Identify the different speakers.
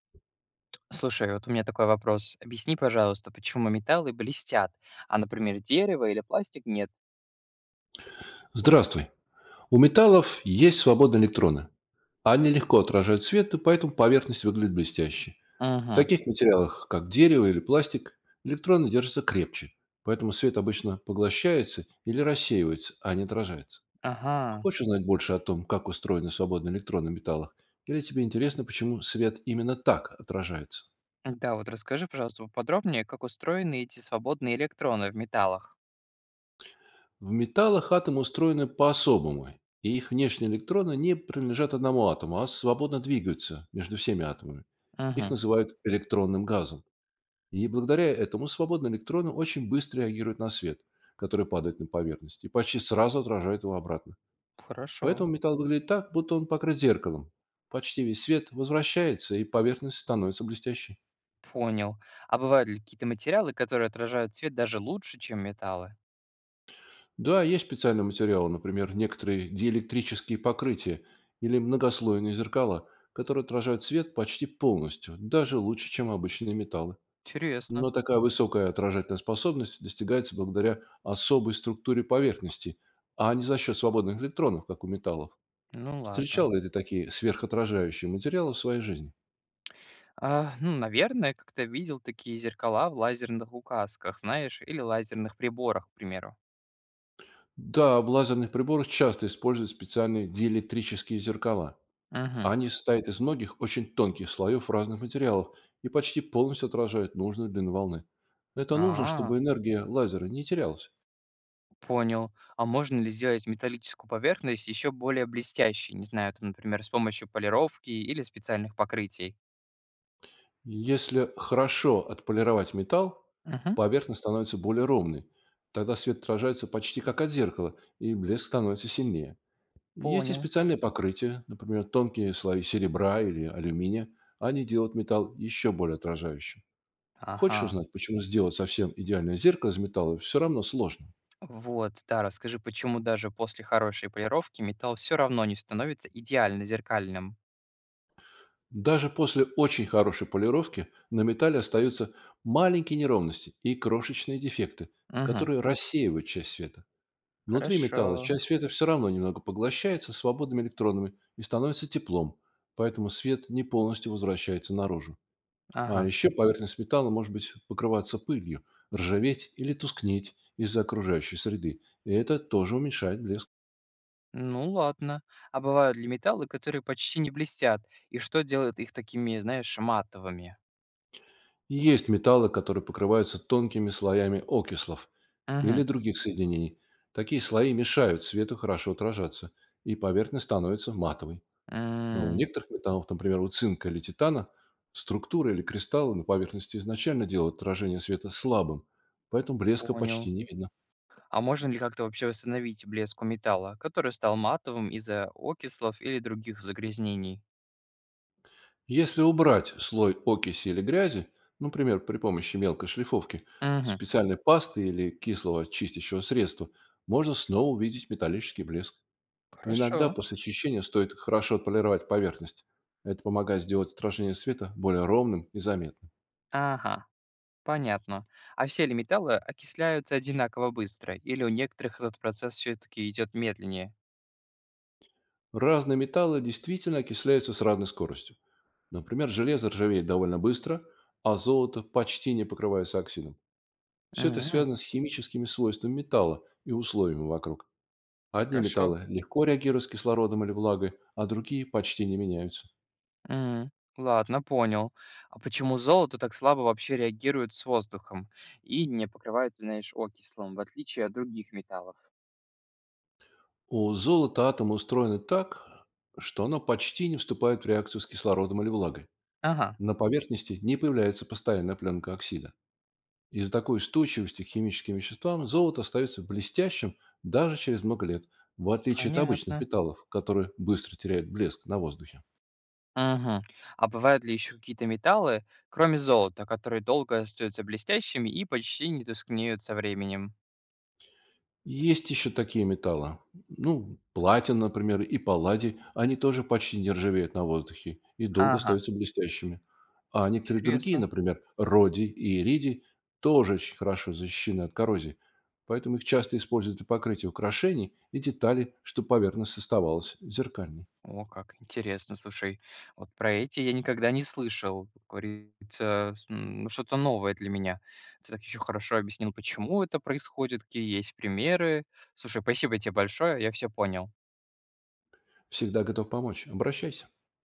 Speaker 1: Слушай, вот у меня такой вопрос. Объясни, пожалуйста, почему металлы блестят, а, например, дерево или пластик нет?
Speaker 2: Здравствуй. У металлов есть свободные электроны. Они легко отражают свет, и поэтому поверхность выглядит блестяще. В
Speaker 1: Угу,
Speaker 2: таких материалах, как дерево или пластик, электроны держатся крепче, поэтому свет обычно поглощается или рассеивается, а не отражается.
Speaker 1: ага.
Speaker 2: Хочешь узнать больше о том, как устроены свободные электроны в металлах? Или тебе интересно, почему свет именно так отражается?
Speaker 1: Да, вот расскажи, пожалуйста, поподробнее, как устроены эти свободные электроны в металлах.
Speaker 2: В металлах атомы устроены по-особому, и их внешние электроны не принадлежат одному атому, а свободно двигаются между всеми атомами. Их
Speaker 1: Угу,
Speaker 2: называют электронным газом. И благодаря этому свободные электроны очень быстро реагируют на свет, который падает на поверхность, и почти сразу отражает его обратно.
Speaker 1: хорошо,
Speaker 2: Поэтому металл выглядит так, будто он покрыт зеркалом. Почти весь свет возвращается, и поверхность становится блестящей.
Speaker 1: понял. А бывают ли какие-то материалы, которые отражают свет даже лучше, чем металлы?
Speaker 2: Да, есть специальные материалы, например, некоторые диэлектрические покрытия или многослойные зеркала, которые отражают свет почти полностью, даже лучше, чем обычные металлы.
Speaker 1: Интересно.
Speaker 2: Но такая высокая отражательная способность достигается благодаря особой структуре поверхности, а не за счет свободных электронов, как у металлов.
Speaker 1: Ну ладно.
Speaker 2: Встречал ли ты такие сверхотражающие материалы в своей жизни?
Speaker 1: А, ну, наверное, как-то видел такие зеркала в лазерных указках, знаешь, или лазерных приборах, к примеру.
Speaker 2: Да, в лазерных приборах часто используют специальные диэлектрические зеркала.
Speaker 1: Угу.
Speaker 2: Они состоят из многих очень тонких слоев разных материалов и почти полностью отражают нужную длину волны. Это нужно,
Speaker 1: А,
Speaker 2: чтобы энергия лазера не терялась.
Speaker 1: понял. А можно ли сделать металлическую поверхность еще более блестящей? Не знаю, там, например, с помощью полировки или специальных покрытий?
Speaker 2: Если хорошо отполировать металл,
Speaker 1: Мгм.
Speaker 2: поверхность становится более ровной. Тогда свет отражается почти как от зеркала, и блеск становится сильнее. Есть и
Speaker 1: Понял.
Speaker 2: специальные покрытия, например, тонкие слои серебра или алюминия. Они делают металл еще более отражающим.
Speaker 1: Ага.
Speaker 2: Хочешь узнать, почему сделать совсем идеальное зеркало из металла все равно сложно?
Speaker 1: Вот, да, расскажи, почему даже после хорошей полировки металл все равно не становится идеально зеркальным?
Speaker 2: Даже после очень хорошей полировки на металле остаются маленькие неровности и крошечные дефекты,
Speaker 1: Угу.
Speaker 2: которые рассеивают часть света. Внутри металла
Speaker 1: Хорошо.
Speaker 2: часть света все равно немного поглощается свободными электронами и становится теплом, поэтому свет не полностью возвращается наружу. А
Speaker 1: Ага.
Speaker 2: еще поверхность металла может быть покрываться пылью, ржаветь или тускнеть из-за окружающей среды, и это тоже уменьшает блеск.
Speaker 1: Ну ладно. А бывают ли металлы, которые почти не блестят? И что делает их такими, знаешь, матовыми?
Speaker 2: Есть металлы, которые покрываются тонкими слоями окислов, или
Speaker 1: Угу.
Speaker 2: других соединений. Такие слои мешают свету хорошо отражаться, и поверхность становится матовой. Но у некоторых металлов, например, у цинка или титана, структура или кристаллы на поверхности изначально делают отражение света слабым, поэтому блеска
Speaker 1: Понял.
Speaker 2: почти не видно.
Speaker 1: А можно ли как-то вообще восстановить блеск у металла, который стал матовым из-за окислов или других загрязнений?
Speaker 2: Если убрать слой окиси или грязи, например, при помощи мелкой шлифовки,
Speaker 1: Угу,
Speaker 2: специальной пасты или кислого чистящего средства, можно снова увидеть металлический блеск. Иногда
Speaker 1: хорошо.
Speaker 2: после очищения стоит хорошо отполировать поверхность. Это помогает сделать отражение света более ровным и заметным.
Speaker 1: Ага, понятно. А все ли металлы окисляются одинаково быстро, или у некоторых этот процесс все-таки идет медленнее?
Speaker 2: Разные металлы действительно окисляются с разной скоростью. Например, железо ржавеет довольно быстро, а золото почти не покрывается оксидом. Все это
Speaker 1: Угу,
Speaker 2: связано с химическими свойствами металла и условиями вокруг. Одни
Speaker 1: хорошо.
Speaker 2: металлы легко реагируют с кислородом или влагой, а другие почти не меняются.
Speaker 1: Угу. Ладно, понял. А почему золото так слабо вообще реагирует с воздухом и не покрывается, знаешь, окислом, в отличие от других металлов?
Speaker 2: У золота атомы устроены так, что оно почти не вступает в реакцию с кислородом или влагой.
Speaker 1: Ага,
Speaker 2: На поверхности не появляется постоянная пленка оксида. Из-за такой устойчивости к химическим веществам золото остается блестящим даже через много лет, в отличие от обычных
Speaker 1: понятно.
Speaker 2: металлов, которые быстро теряют блеск на воздухе.
Speaker 1: Мгм. А бывают ли еще какие-то металлы, кроме золота, которые долго остаются блестящими и почти не тускнеют со временем?
Speaker 2: Есть еще такие металлы. Ну, платина, например, и палладий. Они тоже почти не ржавеют на воздухе и долго
Speaker 1: Ага,
Speaker 2: остаются блестящими. А некоторые другие,
Speaker 1: интересно.
Speaker 2: например, родий и иридий, тоже очень хорошо защищены от коррозии. Поэтому их часто используют для покрытия украшений и деталей, чтобы поверхность оставалась зеркальной.
Speaker 1: О, как интересно, слушай. Вот про эти я никогда не слышал. Как говорится, ну, что-то новое для меня. Ты так еще хорошо объяснил, почему это происходит, какие есть примеры. Слушай, спасибо тебе большое, я все понял.
Speaker 2: Всегда готов помочь. Обращайся.